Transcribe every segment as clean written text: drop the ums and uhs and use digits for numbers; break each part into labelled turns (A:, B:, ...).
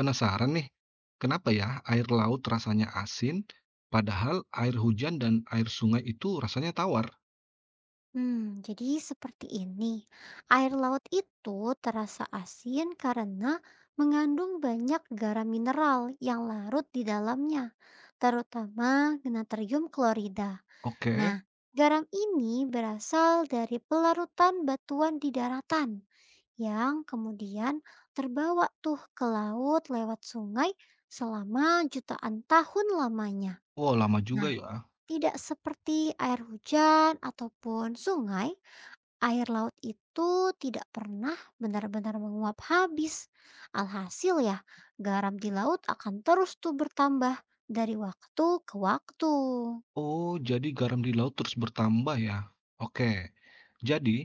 A: Penasaran nih, kenapa ya air laut rasanya asin, padahal air hujan dan air sungai itu rasanya tawar?
B: Jadi seperti ini. Air laut itu terasa asin karena mengandung banyak garam mineral yang larut di dalamnya, terutama natrium klorida. Nah,
A: Oke,
B: garam ini berasal dari pelarutan batuan di daratan yang kemudian terbawa tuh ke laut lewat sungai selama jutaan tahun lamanya.
A: oh lama juga
B: Nah,
A: ya.
B: tidak seperti air hujan ataupun sungai, air laut itu tidak pernah benar-benar menguap habis. Alhasil ya, garam di laut akan terus tuh bertambah dari waktu ke waktu.
A: Oh, jadi garam di laut terus bertambah ya? Oke, jadi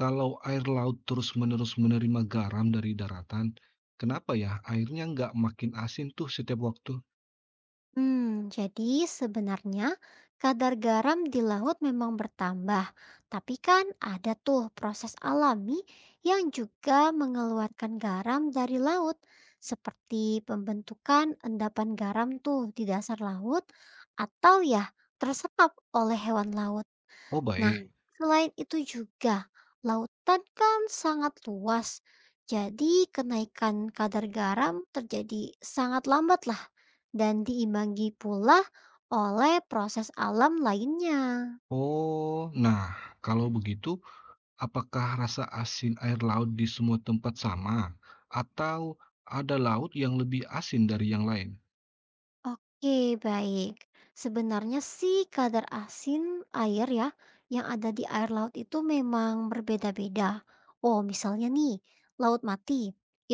A: kalau air laut terus-menerus menerima garam dari daratan, kenapa ya airnya nggak makin asin tuh setiap waktu?
B: Jadi sebenarnya kadar garam di laut memang bertambah, tapi kan ada tuh proses alami yang juga mengeluarkan garam dari laut, seperti pembentukan endapan garam tuh di dasar laut atau ya terserap oleh hewan laut.
A: Oh,
B: Nah,
A: baik.
B: selain itu juga, lautan kan sangat luas. Jadi, kenaikan kadar garam terjadi sangat lambat lah dan diimbangi pula oleh proses alam lainnya.
A: Oh, nah kalau begitu, apakah rasa asin air laut di semua tempat sama? Atau ada laut yang lebih asin dari yang lain?
B: Oke, baik. Sebenarnya sih kadar asin air ya yang ada di air laut itu memang berbeda-beda. Oh, misalnya nih, Laut Mati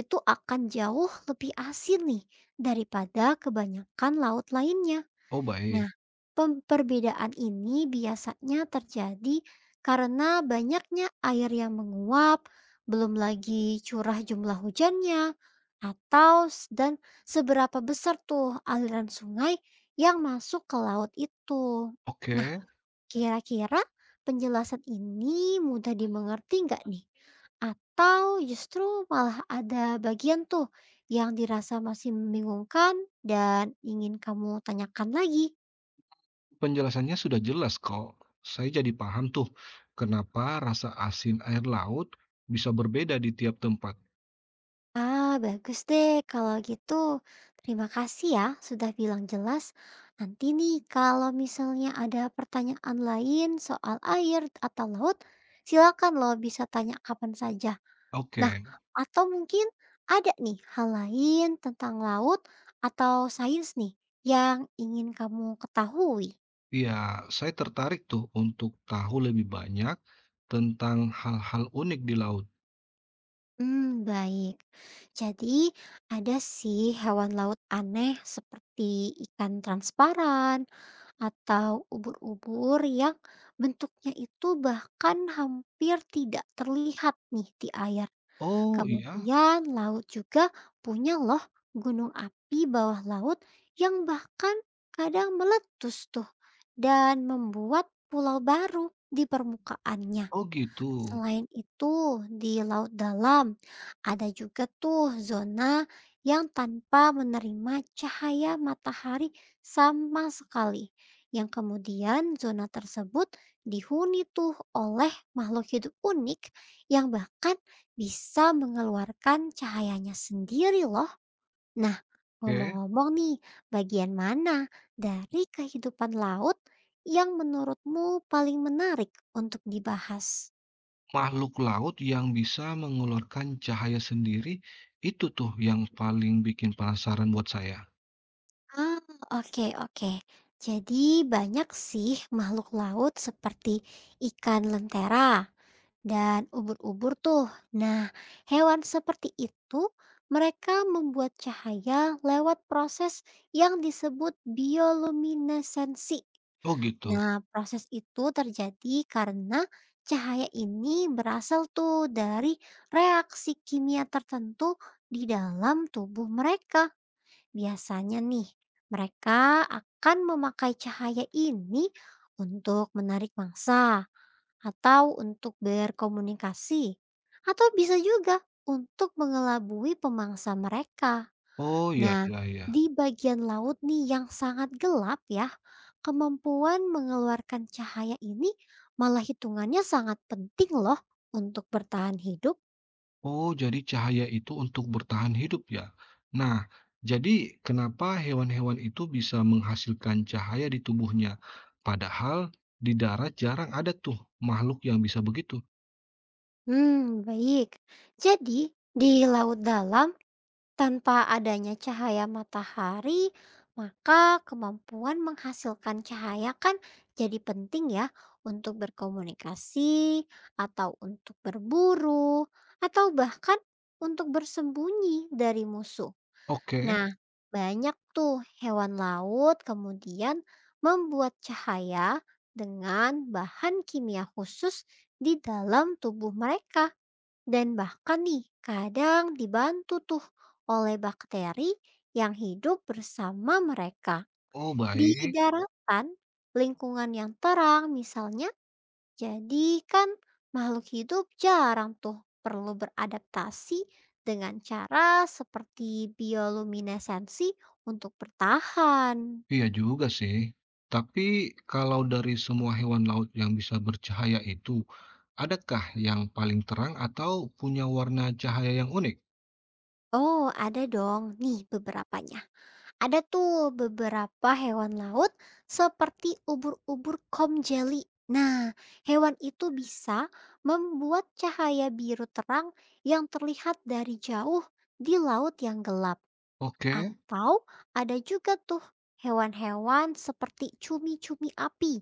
B: itu akan jauh lebih asin nih daripada kebanyakan laut lainnya.
A: Oh
B: Nah,
A: baik,
B: perbedaan ini biasanya terjadi karena banyaknya air yang menguap, belum lagi curah jumlah hujannya, atau dan seberapa besar tuh aliran sungai yang masuk ke laut itu. Nah,
A: oke.
B: kira-kira penjelasan ini mudah dimengerti nggak nih? Atau justru malah ada bagian tuh yang dirasa masih membingungkan dan ingin kamu tanyakan lagi?
A: Penjelasannya sudah jelas kok. Saya jadi paham tuh kenapa rasa asin air laut bisa berbeda di tiap tempat.
B: Ah, bagus deh. Kalau gitu, terima kasih ya sudah bilang jelas. Nanti nih, kalau misalnya ada pertanyaan lain soal air atau laut, silakan loh bisa tanya kapan saja. Nah,
A: Oke,
B: atau mungkin ada nih hal lain tentang laut atau sains nih yang ingin kamu ketahui.
A: iya saya tertarik tuh untuk tahu lebih banyak tentang hal-hal unik di laut.
B: Baik. Jadi, ada sih hewan laut aneh seperti ikan transparan, atau ubur-ubur yang bentuknya itu bahkan hampir tidak terlihat nih di air.
A: Oh iya,
B: Kemudian laut juga punya loh gunung api bawah laut yang bahkan kadang meletus tuh dan membuat pulau baru di permukaannya.
A: oh gitu.
B: Selain itu, di laut dalam ada juga tuh zona yang tanpa menerima cahaya matahari sama sekali. Yang kemudian zona tersebut dihuni tuh oleh makhluk hidup unik yang bahkan bisa mengeluarkan cahayanya sendiri loh. Nah,
A: Oke.
B: ngomong-ngomong nih, bagian mana dari kehidupan laut yang menurutmu paling menarik untuk dibahas?
A: Makhluk laut yang bisa mengeluarkan cahaya sendiri, itu tuh yang paling bikin penasaran buat saya.
B: Ah, oke, oke. Jadi banyak sih makhluk laut seperti ikan lentera dan ubur-ubur tuh. Nah, hewan seperti itu mereka membuat cahaya lewat proses yang disebut bioluminesensi.
A: Oh gitu?
B: Nah, proses itu terjadi karena cahaya ini berasal tuh dari reaksi kimia tertentu di dalam tubuh mereka. Biasanya nih, mereka akan memakai cahaya ini untuk menarik mangsa atau untuk berkomunikasi atau bisa juga untuk mengelabui pemangsa mereka.
A: Oh ya
B: Nah,
A: ya ya.
B: di bagian laut nih yang sangat gelap ya, kemampuan mengeluarkan cahaya ini malah hitungannya sangat penting loh untuk bertahan hidup.
A: Oh jadi cahaya itu untuk bertahan hidup ya? Nah, jadi kenapa hewan-hewan itu bisa menghasilkan cahaya di tubuhnya? Padahal di darat jarang ada tuh makhluk yang bisa begitu.
B: Baik. Jadi, di laut dalam tanpa adanya cahaya matahari, maka kemampuan menghasilkan cahaya kan jadi penting ya untuk berkomunikasi, atau untuk berburu, atau bahkan untuk bersembunyi dari musuh.
A: Oke.
B: Nah, banyak tuh hewan laut kemudian membuat cahaya dengan bahan kimia khusus di dalam tubuh mereka. Dan bahkan nih, kadang dibantu tuh oleh bakteri yang hidup bersama mereka.
A: Oh
B: Di
A: baik.
B: daratan, lingkungan yang terang misalnya, jadi kan makhluk hidup jarang tuh perlu beradaptasi dengan cara seperti bioluminesensi untuk bertahan.
A: Iya juga sih. Tapi kalau dari semua hewan laut yang bisa bercahaya itu, adakah yang paling terang atau punya warna cahaya yang unik?
B: Oh, ada dong nih beberapanya. Ada tuh beberapa hewan laut seperti ubur-ubur jeli. Nah, hewan itu bisa membuat cahaya biru terang yang terlihat dari jauh di laut yang gelap.
A: Oke,
B: Atau ada juga tuh hewan-hewan seperti cumi-cumi api.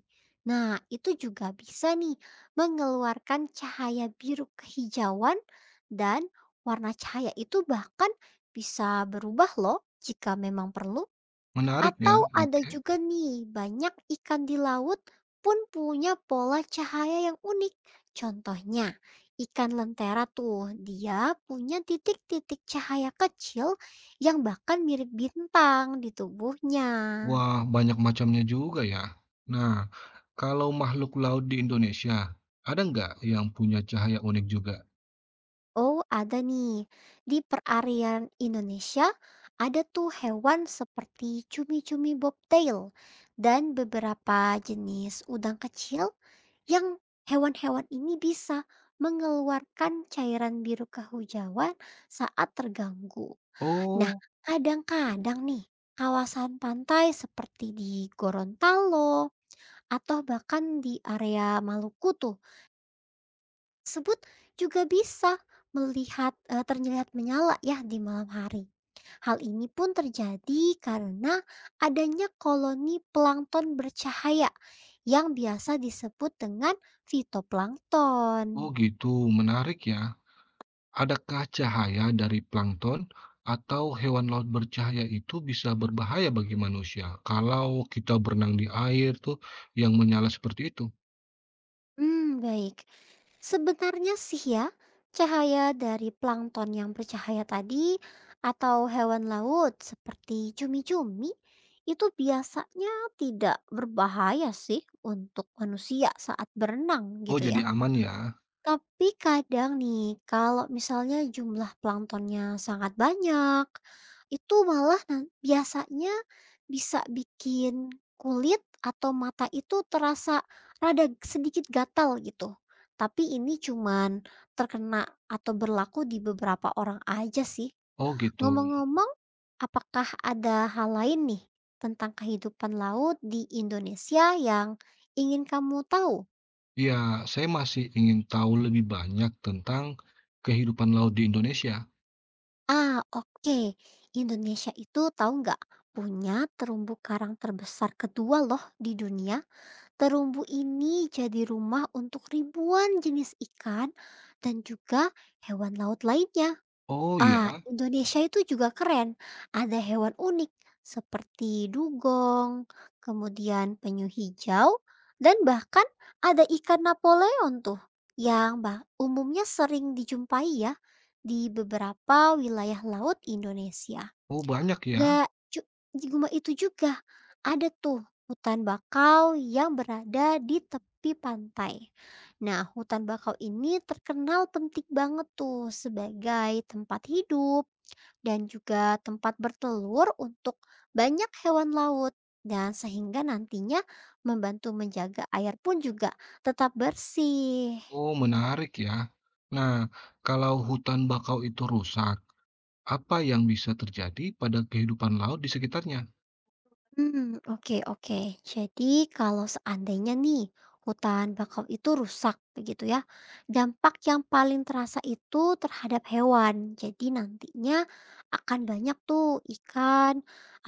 B: Nah, itu juga bisa nih mengeluarkan cahaya biru kehijauan dan warna cahaya itu bahkan bisa berubah loh jika memang perlu.
A: menarik ya.
B: Atau ada
A: Oke.
B: juga nih, banyak ikan di laut pun punya pola cahaya yang unik. Contohnya, ikan lentera tuh, dia punya titik-titik cahaya kecil yang bahkan mirip bintang di tubuhnya.
A: Wah, banyak macamnya juga ya. Nah, kalau makhluk laut di Indonesia, ada nggak yang punya cahaya unik juga?
B: Oh, ada nih, di perarian Indonesia ada tuh hewan seperti cumi-cumi bobtail dan beberapa jenis udang kecil yang hewan-hewan ini bisa mengeluarkan cairan biru kehujauan saat terganggu. Nah,
A: Oh,
B: kadang-kadang nih, kawasan pantai seperti di Gorontalo atau bahkan di area Maluku tuh, sebut juga bisa terlihat menyala ya di malam hari. Hal ini pun terjadi karena adanya koloni plankton bercahaya yang biasa disebut dengan fitoplankton.
A: oh gitu, menarik ya. Adakah cahaya dari plankton atau hewan laut bercahaya itu bisa berbahaya bagi manusia kalau kita berenang di air tuh yang menyala seperti itu?
B: Baik. Sebenarnya sih ya, cahaya dari plankton yang bercahaya tadi atau hewan laut seperti cumi-cumi itu biasanya tidak berbahaya sih untuk manusia saat berenang
A: Oh,
B: gitu
A: jadi
B: ya.
A: aman ya?
B: Tapi kadang nih, kalau misalnya jumlah planktonnya sangat banyak, itu malah biasanya bisa bikin kulit atau mata itu terasa rada sedikit gatal gitu. Tapi ini cuman terkena atau berlaku di beberapa orang aja sih.
A: Oh, gitu.
B: Ngomong-ngomong, apakah ada hal lain nih tentang kehidupan laut di Indonesia yang ingin kamu tahu?
A: Ya, saya masih ingin tahu lebih banyak tentang kehidupan laut di Indonesia.
B: Ah, oke. Indonesia itu tahu nggak punya terumbu karang terbesar kedua loh di dunia. Terumbu ini jadi rumah untuk ribuan jenis ikan dan juga hewan laut lainnya.
A: Oh
B: Ah,
A: ya,
B: Indonesia itu juga keren. Ada hewan unik seperti dugong, kemudian penyu hijau, dan bahkan ada ikan Napoleon tuh yang umumnya sering dijumpai ya di beberapa wilayah laut Indonesia.
A: oh banyak ya.
B: Gak cu di Guma itu juga ada tuh hutan bakau yang berada di tepi pantai. Nah, hutan bakau ini terkenal penting banget tuh sebagai tempat hidup dan juga tempat bertelur untuk banyak hewan laut. Dan sehingga nantinya membantu menjaga air pun juga tetap bersih.
A: Oh, menarik ya. Nah, kalau hutan bakau itu rusak, apa yang bisa terjadi pada kehidupan laut di sekitarnya?
B: Oke, oke. Jadi kalau seandainya nih hutan bakau itu rusak begitu ya, dampak yang paling terasa itu terhadap hewan. Jadi nantinya akan banyak tuh ikan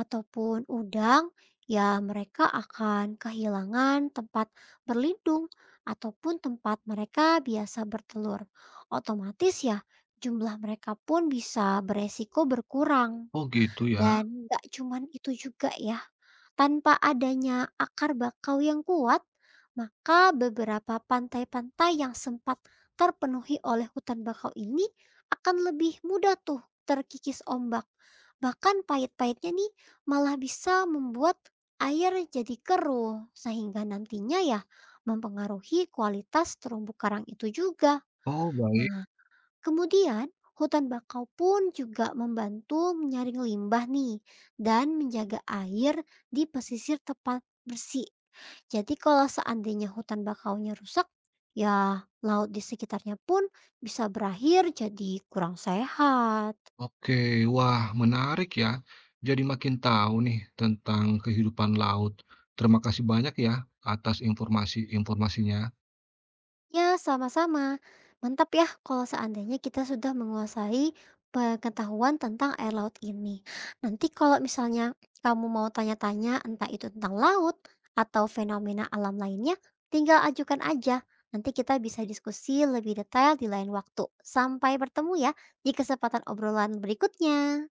B: ataupun udang ya mereka akan kehilangan tempat berlindung ataupun tempat mereka biasa bertelur. Otomatis ya jumlah mereka pun bisa beresiko berkurang.
A: Oh, gitu ya.
B: Dan nggak cuman itu juga ya tanpa adanya akar bakau yang kuat, maka beberapa pantai-pantai yang sempat terpenuhi oleh hutan bakau ini akan lebih mudah tuh terkikis ombak. Bahkan pahit-pahitnya nih malah bisa membuat air jadi keruh sehingga nantinya ya mempengaruhi kualitas terumbu karang itu juga.
A: Oh, baik.
B: Kemudian, hutan bakau pun juga membantu menyaring limbah nih dan menjaga air di pesisir tepat bersih. Jadi kalau seandainya hutan bakaunya rusak, ya laut di sekitarnya pun bisa berakhir jadi kurang sehat.
A: Oke, wah menarik ya. Jadi makin tahu nih tentang kehidupan laut. Terima kasih banyak ya atas informasi-informasinya.
B: Ya, sama-sama. Mantap ya kalau seandainya kita sudah menguasai pengetahuan tentang air laut ini. Nanti kalau misalnya kamu mau tanya-tanya entah itu tentang laut atau fenomena alam lainnya, tinggal ajukan aja. Nanti kita bisa diskusi lebih detail di lain waktu. Sampai bertemu ya di kesempatan obrolan berikutnya.